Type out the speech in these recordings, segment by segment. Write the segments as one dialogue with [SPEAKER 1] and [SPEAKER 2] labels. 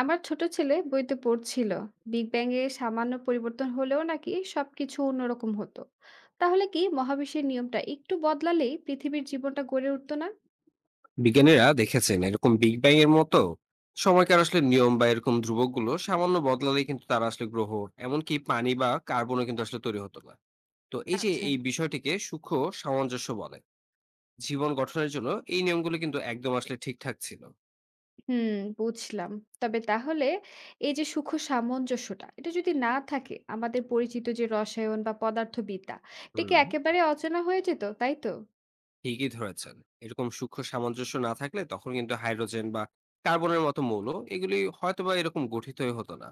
[SPEAKER 1] আমার ছোট ছেলে বইতে পড়ছিল, বিগ ব্যাং এ সামান্য পরিবর্তন হলেও নাকি সবকিছু অন্যরকম হতো। তাহলে কি মহাবিশ্বের নিয়মটা একটু বদলালেই পৃথিবীর জীবনটা গড়ে উঠতো না?
[SPEAKER 2] বিজ্ঞানীরা দেখেছেন এরকম বিগ ব্যাং এর মতো সময়কার আসলে নিয়ম বা এরকম ধ্রুবকগুলো সামান্য বদলালে কিন্তু তারা আসলে গ্রহ এমনকি পানি বা কার্বনও কিন্তু আসলে তৈরি হতো না। তো এই যে
[SPEAKER 1] আচ্ছা।
[SPEAKER 2] এই বিষয়টিকে সূক্ষ্ম সামঞ্জস্য বলে। জীবন গঠনের জন্য এই নিয়মগুলো কিন্তু একদম আসলে ঠিকঠাক ছিল।
[SPEAKER 1] হুম, বুঝলাম। তবে তাহলে এই যে সূক্ষ্ম সামঞ্জস্যটা, এটা যদি না থাকে আমাদের পরিচিত যে রসায়ন বা পদার্থবিদ্যা, এটা কি
[SPEAKER 2] হুম,
[SPEAKER 1] একেবারে অচেনা হয়ে যেত, তাই তো?
[SPEAKER 2] ঠিকই ধরেছেন। এরকম সূক্ষ্ম সামঞ্জস্য না থাকলে তখন কিন্তু হাইড্রোজেন বা কার্বনের মতো মৌল এগুলি হয়তোবা এরকম গঠিতই হতো না।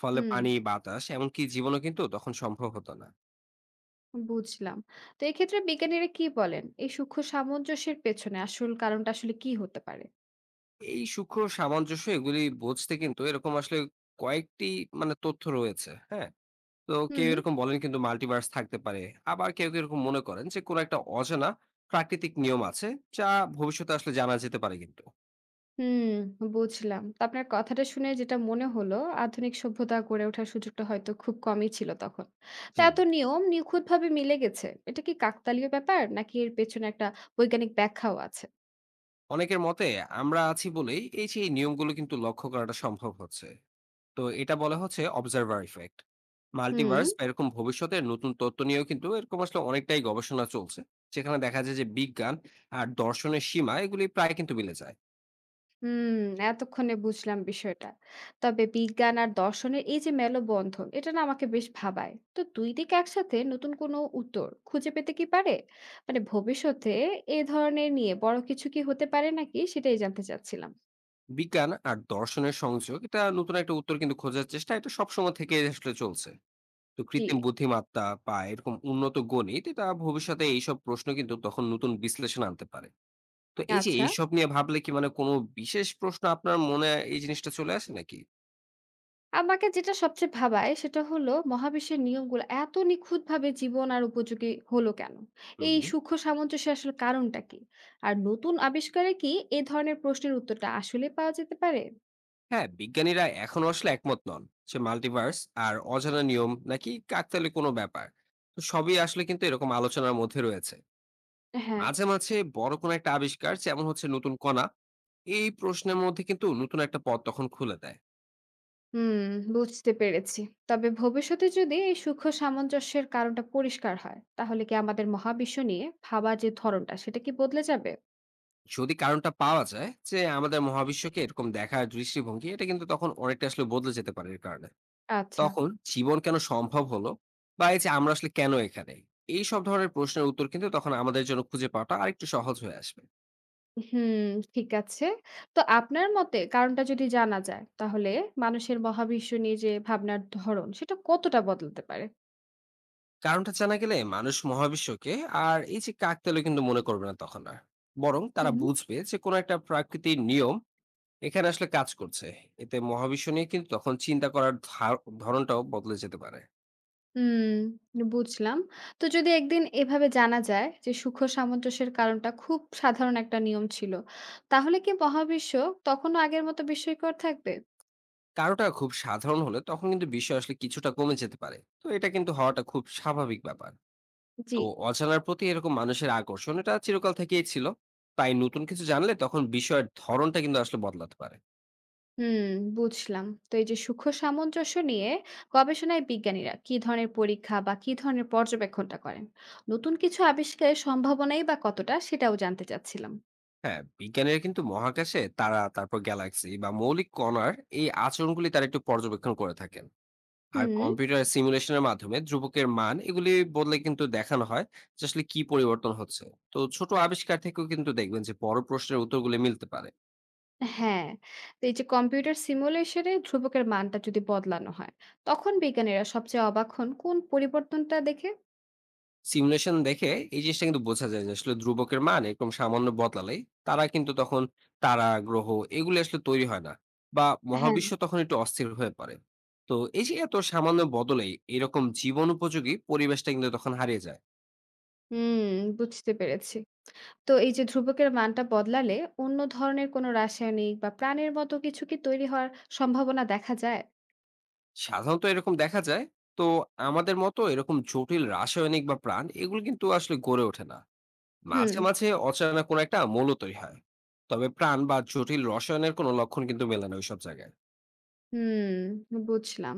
[SPEAKER 2] ফলে
[SPEAKER 1] হুম,
[SPEAKER 2] পানি বাতাস এমনকি জীবনও কিন্তু তখন সম্ভব হতো না।
[SPEAKER 1] বুঝলাম। তো এক্ষেত্রে বিজ্ঞানীরা কি বলেন, এই সূক্ষ্ম সামঞ্জস্যের পেছনে আসল কারণটা আসলে কি হতে পারে?
[SPEAKER 2] এই সূক্ষ্ম সামঞ্জস্য এগুলি বুঝতে কিন্তু এরকম আসলে কয়েকটি মানে তথ্য রয়েছে। হ্যাঁ? তো কেউ
[SPEAKER 1] হুম।
[SPEAKER 2] এরকম বলেন কিন্তু মাল্টিভার্স থাকতে পারে। আবার কেউ এরকম মনে করেন যে কোন একটা অজানা প্রাকৃতিক নিয়ম আছে যা ভবিষ্যতে আসলে জানা যেতে পারে কিন্তু।
[SPEAKER 1] হুম, বুঝলাম। তো আপনার কথাটা শুনে যেটা মনে হলো, আধুনিক সভ্যতা গড়ে ওঠার সুযোগটা হয়তো খুব কমই ছিল তখন। তো
[SPEAKER 2] জি।
[SPEAKER 1] এত নিয়ম নিখুঁতভাবে মিলে গেছে, এটা কি কাকতালীয় ব্যাপার? নাকি এর পেছনে একটা বৈজ্ঞানিক ব্যাখ্যাও আছে?
[SPEAKER 2] অনেকের মতে আমরা আছি বলেই এই যে এই নিয়মগুলো কিন্তু লক্ষ্য করাটা সম্ভব হচ্ছে। তো এটা বলা হচ্ছে অবজার্ভার ইফেক্ট।
[SPEAKER 1] হুম,
[SPEAKER 2] মাল্টিভার্স বা এরকম ভবিষ্যতের নতুন তত্ত্ব নিয়েও কিন্তু এরকম আসলে অনেকটাই গবেষণা চলছে। সেখানে দেখা যায় যে বিজ্ঞান আর দর্শনের সীমা এগুলি প্রায় কিন্তু মিলে যায়।
[SPEAKER 1] হুম, এতক্ষণে বুঝলাম বিষয়টা। তবে বিজ্ঞান আর দর্শনের এই যে মেলবন্ধন, এটা না আমাকে বেশ ভাবায়। তো দুই দিক একসাথে নতুন কোনো উত্তর খুঁজে পেতে কি পারে? মানে ভবিষ্যতে এ ধরনের নিয়ে বড় কিছু কি হতে পারে নাকি? সেটাই জানতে চাচ্ছিলাম।
[SPEAKER 2] বিজ্ঞান আর দর্শনের সংযোগ এটা নতুন একটা উত্তর কিন্তু খোঁজার চেষ্টা এটা সবসময় থেকে আসলে চলছে। তো
[SPEAKER 1] জি,
[SPEAKER 2] কৃত্রিম বুদ্ধিমত্তা বা এরকম উন্নত গণিত এটা ভবিষ্যতে এইসব প্রশ্ন কিন্তু তখন নতুন বিশ্লেষণ আনতে পারে। তো এই যে
[SPEAKER 1] আচ্ছা।
[SPEAKER 2] এইসব নিয়ে ভাবলে কি মানে কোনো বিশেষ প্রশ্ন আপনার মনে এই জিনিসটা চলে আসে নাকি?
[SPEAKER 1] আমাকে যেটা সবচেয়ে ভাবায় সেটা হলো, মহাবিশ্বের নিয়মগুলো এত নিখুঁতভাবে জীবন আর উপযোগী হলো কেন? এই
[SPEAKER 2] হুম।
[SPEAKER 1] সূক্ষ্ম সামঞ্জস্যের আসলে কারণটা কি? আর নতুন আবিষ্কারে কি এ ধরনের প্রশ্নের উত্তরটা আসলে পাওয়া যেতে পারে?
[SPEAKER 2] হ্যাঁ, বিজ্ঞানীরা এখনো আসলে একমত নন যে মাল্টিভার্স আর অজানা নিয়ম নাকি কাকতালীয় কোনো ব্যাপার। তো সবই আসলে কিন্তু এরকম আলোচনার মধ্যে রয়েছে।
[SPEAKER 1] হ্যাঁ।
[SPEAKER 2] মাঝে মাঝে বড় কোনো একটা আবিষ্কার যেমন হচ্ছে নতুন কণা এই প্রশ্নের মধ্যে কিন্তু নতুন একটা পথ তখন খুলে দেয়।
[SPEAKER 1] হুম, বুঝতে পেরেছি। তবে ভবিষ্যতে যদি এই সূক্ষ্ম সামঞ্জস্যের কারণটা পরিষ্কার হয়, তাহলে কি আমাদের মহাবিশ্ব নিয়ে ভাবা যে ধরনটা, সেটা কি বদলে যাবে?
[SPEAKER 2] যদি কারণটা পাওয়া যায় যে আমাদের মহাবিশ্বকে এরকম দেখার দৃষ্টিভঙ্গি এটা কিন্তু তখন অনেকটা আসলে বদলে যেতে পারে এর কারণে।
[SPEAKER 1] আচ্ছা।
[SPEAKER 2] তখন জীবন কেন সম্ভব হলো বা এই যে আমরা আসলে কেন এখানে, এই সব ধরনের প্রশ্নের উত্তর কিন্তু তখন আমাদের জন্য খুঁজে পাওয়াটা আরেকটু সহজ হয়ে আসবে।
[SPEAKER 1] হুম, ঠিক আছে। তো আপনার মতে কারণটা যদি জানা যায়, তাহলে মানুষের মহাবিশ্ব নিয়ে যে ভাবনার ধরন, সেটা কতটা বদলাতে পারে?
[SPEAKER 2] কারণটা জানা গেলে মানুষ মহাবিশ্বকে আর এই যে কাকতালীয় কিন্তু মনে করবে না তখন আর, বরং তারা
[SPEAKER 1] হুম।
[SPEAKER 2] বুঝবে যে কোনো একটা প্রাকৃতিক নিয়ম এখানে আসলে কাজ করছে। এতে মহাবিশ্ব নিয়ে কিন্তু তখন চিন্তা করার ধরনটাও বদলে যেতে পারে।
[SPEAKER 1] হুম, বুঝলাম। তো যদি একদিন এভাবে জানা যায় যে সূক্ষ্ম সামঞ্জস্যের কারণটা খুব সাধারণ একটা নিয়ম ছিল, তাহলে কি মহাবিশ্ব তখনও আগের মতো বিস্ময়কর থাকবে?
[SPEAKER 2] কারোটা খুব সাধারণ হলে তখন কিন্তু বিষয় আসলে কিছুটা কমে যেতে পারে, তো এটা কিন্তু হওয়াটা খুব স্বাভাবিক ব্যাপার।
[SPEAKER 1] জি।
[SPEAKER 2] তো অজানার প্রতি এরকম মানুষের আকর্ষণ এটা চিরকাল থেকেই ছিল, তাই নতুন কিছু জানলে তখন বিষয়ের ধরনটা কিন্তু আসলে বদলাতে পারে।
[SPEAKER 1] হুম, বুঝলাম। তো এই যে সূক্ষ্ম সামঞ্জস্য নিয়ে গবেষণায় বিজ্ঞানীরা কি ধরনের পরীক্ষা বা কি ধরনের পর্যবেক্ষণটা করেন? নতুন কিছু আবিষ্কারের সম্ভাবনাই বা কতটা, সেটাও জানতে চাচ্ছিলাম।
[SPEAKER 2] হ্যাঁ, বিজ্ঞানীরা কিন্তু মহাকাশে তারা তারপর গ্যালাক্সি বা মৌলিক কণার এই আচরণগুলি তারা একটু পর্যবেক্ষণ করে থাকেন। আর
[SPEAKER 1] হুম।
[SPEAKER 2] কম্পিউটার সিমুলেশনের মাধ্যমে ধ্রুবকের মান এগুলি বদলে কিন্তু দেখানো হয় যে আসলে কি পরিবর্তন হচ্ছে। তো ছোট আবিষ্কার থেকেও কিন্তু দেখবেন যে বড় প্রশ্নের উত্তরগুলি মিলতে পারে।
[SPEAKER 1] হ্যাঁ। তো এই যে কম্পিউটার সিমুলেশনে ধ্রুবকের মানটা যদি বদলানো হয়, তখন বিজ্ঞানীরা সবচেয়ে অবাক হন কোন পরিবর্তনটা দেখে?
[SPEAKER 2] সিমুলেশন দেখে এই জিনিসটা কিন্তু বোঝা যায় যে আসলে ধ্রুবকের মান এরকম সামান্য বদলালে তারা কিন্তু তখন তারা গ্রহ এগুলো আসলে তৈরি হয় না, বা
[SPEAKER 1] হ্যাঁ।
[SPEAKER 2] মহাবিশ্ব তখন একটু অস্থির হয়ে পড়ে। তো এই যে এত সামান্য বদলে এরকম জীবন উপযোগী পরিবেশটা কিন্তু তখন হারিয়ে যায়।
[SPEAKER 1] হুম, বুঝতে পেরেছি। তো এই যে ধ্রুবকের মানটা বদলালে অন্য ধরনের কোনো রাসায়নিক বা প্রাণের মতো কিছু কি তৈরি হওয়ার সম্ভাবনা দেখা যায়?
[SPEAKER 2] সাধারণত এরকম দেখা যায়। তো আমাদের মতো এরকম জটিল রাসায়নিক বা প্রাণ এগুলো কিন্তু আসলে গড়ে ওঠে না।
[SPEAKER 1] হুম।
[SPEAKER 2] মাঝে মাঝে অচেনা কোনো একটা মৌল তৈরি হয়। তবে প্রাণ বা জটিল রসায়নের কোনো লক্ষণ কিন্তু মেলে না ওইসব জায়গায়।
[SPEAKER 1] হুম, বুঝলাম।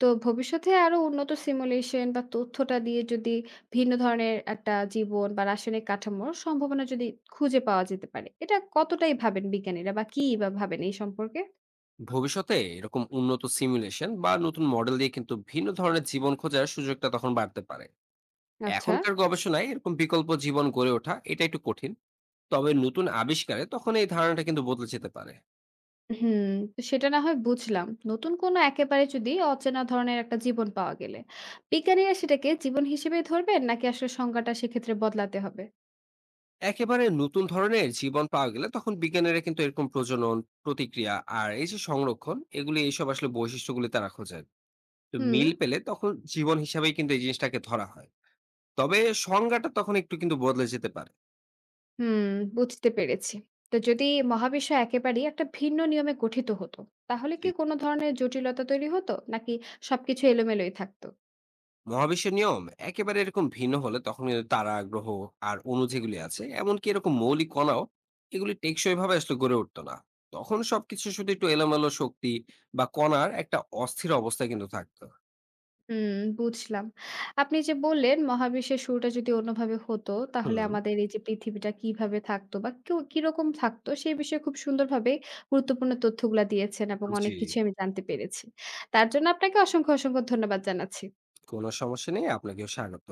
[SPEAKER 1] তো ভবিষ্যতে আরো উন্নত সিমুলেশন বা তথ্যটা দিয়ে যদি ভিন্ন ধরনের একটা জীবন বা রাসায়নিক কাঠামোর সম্ভাবনা যদি খুঁজে পাওয়া যেতে পারে, এটা কতটাই ভাবেন বিজ্ঞানীরা বা কি বা ভাবেন এই সম্পর্কে?
[SPEAKER 2] ভবিষ্যতে এরকম উন্নত সিমুলেশন বা নতুন মডেল দিয়ে কিন্তু ভিন্ন ধরনের জীবন খোঁজার সুযোগটা তখন বাড়তে পারে।
[SPEAKER 1] আচ্ছা।
[SPEAKER 2] এখনকার গবেষণায় এরকম বিকল্প জীবন গড়ে ওঠা এটা একটু কঠিন, তবে নতুন আবিষ্কারে তখন এই ধারণাটা কিন্তু বদলে যেতে পারে।
[SPEAKER 1] হুম, তো সেটা না হয় বুঝলাম। নতুন কোনো একেবারে যদি অচেনা ধরনের একটা জীবন পাওয়া গেলে, বিজ্ঞানীরা সেটাকে জীবন হিসেবেই ধরবেন নাকি আসলে সংজ্ঞাটা সেক্ষেত্রে বদলাতে হবে?
[SPEAKER 2] একেবারে নতুন ধরনের জীবন পাওয়া গেলে তখন বিজ্ঞানীরা কিন্তু এরকম প্রজনন, প্রতিক্রিয়া আর এই যে সংরক্ষণ এগুলি এইসব আসলে বৈশিষ্ট্যগুলি তারা খোঁজেন। তো
[SPEAKER 1] হুম।
[SPEAKER 2] মিল পেলে তখন জীবন হিসাবেই কিন্তু এই জিনিসটাকে ধরা হয়। তবে সংজ্ঞাটা তখন একটু কিন্তু বদলে যেতে পারে।
[SPEAKER 1] হুম, বুঝতে পেরেছি। তো যদি মহাবিশ্ব একেবারেই একটা ভিন্ন নিয়মে গঠিত হতো, তাহলে কি কোনো ধরনের জটিলতা তৈরি হতো? নাকি সবকিছু এলোমেলোই থাকতো?
[SPEAKER 2] মহাবিশ্বের নিয়ম একেবারে এরকম ভিন্ন হলে তখন কিন্তু তারা গ্রহ আর অণু যেগুলি আছে এমনকি এরকম মৌলিক কণাও এগুলি টেকসই ভাবে আসলে গড়ে উঠতো না। তখন সবকিছু শুধু একটু এলোমেলো শক্তি বা কণার একটা অস্থির অবস্থা কিন্তু থাকতো।
[SPEAKER 1] হুম, বুঝলাম। আপনি যে বললেন মহাবিশ্বের শুরুটা যদি অন্যভাবে হতো, তাহলে
[SPEAKER 2] হুম।
[SPEAKER 1] আমাদের এই যে পৃথিবীটা কিভাবে থাকতো বা কেউ কিরকম থাকতো সেই বিষয়ে খুব সুন্দরভাবে গুরুত্বপূর্ণ তথ্যগুলা দিয়েছেন, এবং অনেক
[SPEAKER 2] জি।
[SPEAKER 1] কিছুই আমি জানতে পেরেছি। তার জন্য আপনাকে অসংখ্য, অসংখ্য ধন্যবাদ জানাচ্ছি।
[SPEAKER 2] কোনো সমস্যা নেই, আপনাকেও স্বাগত।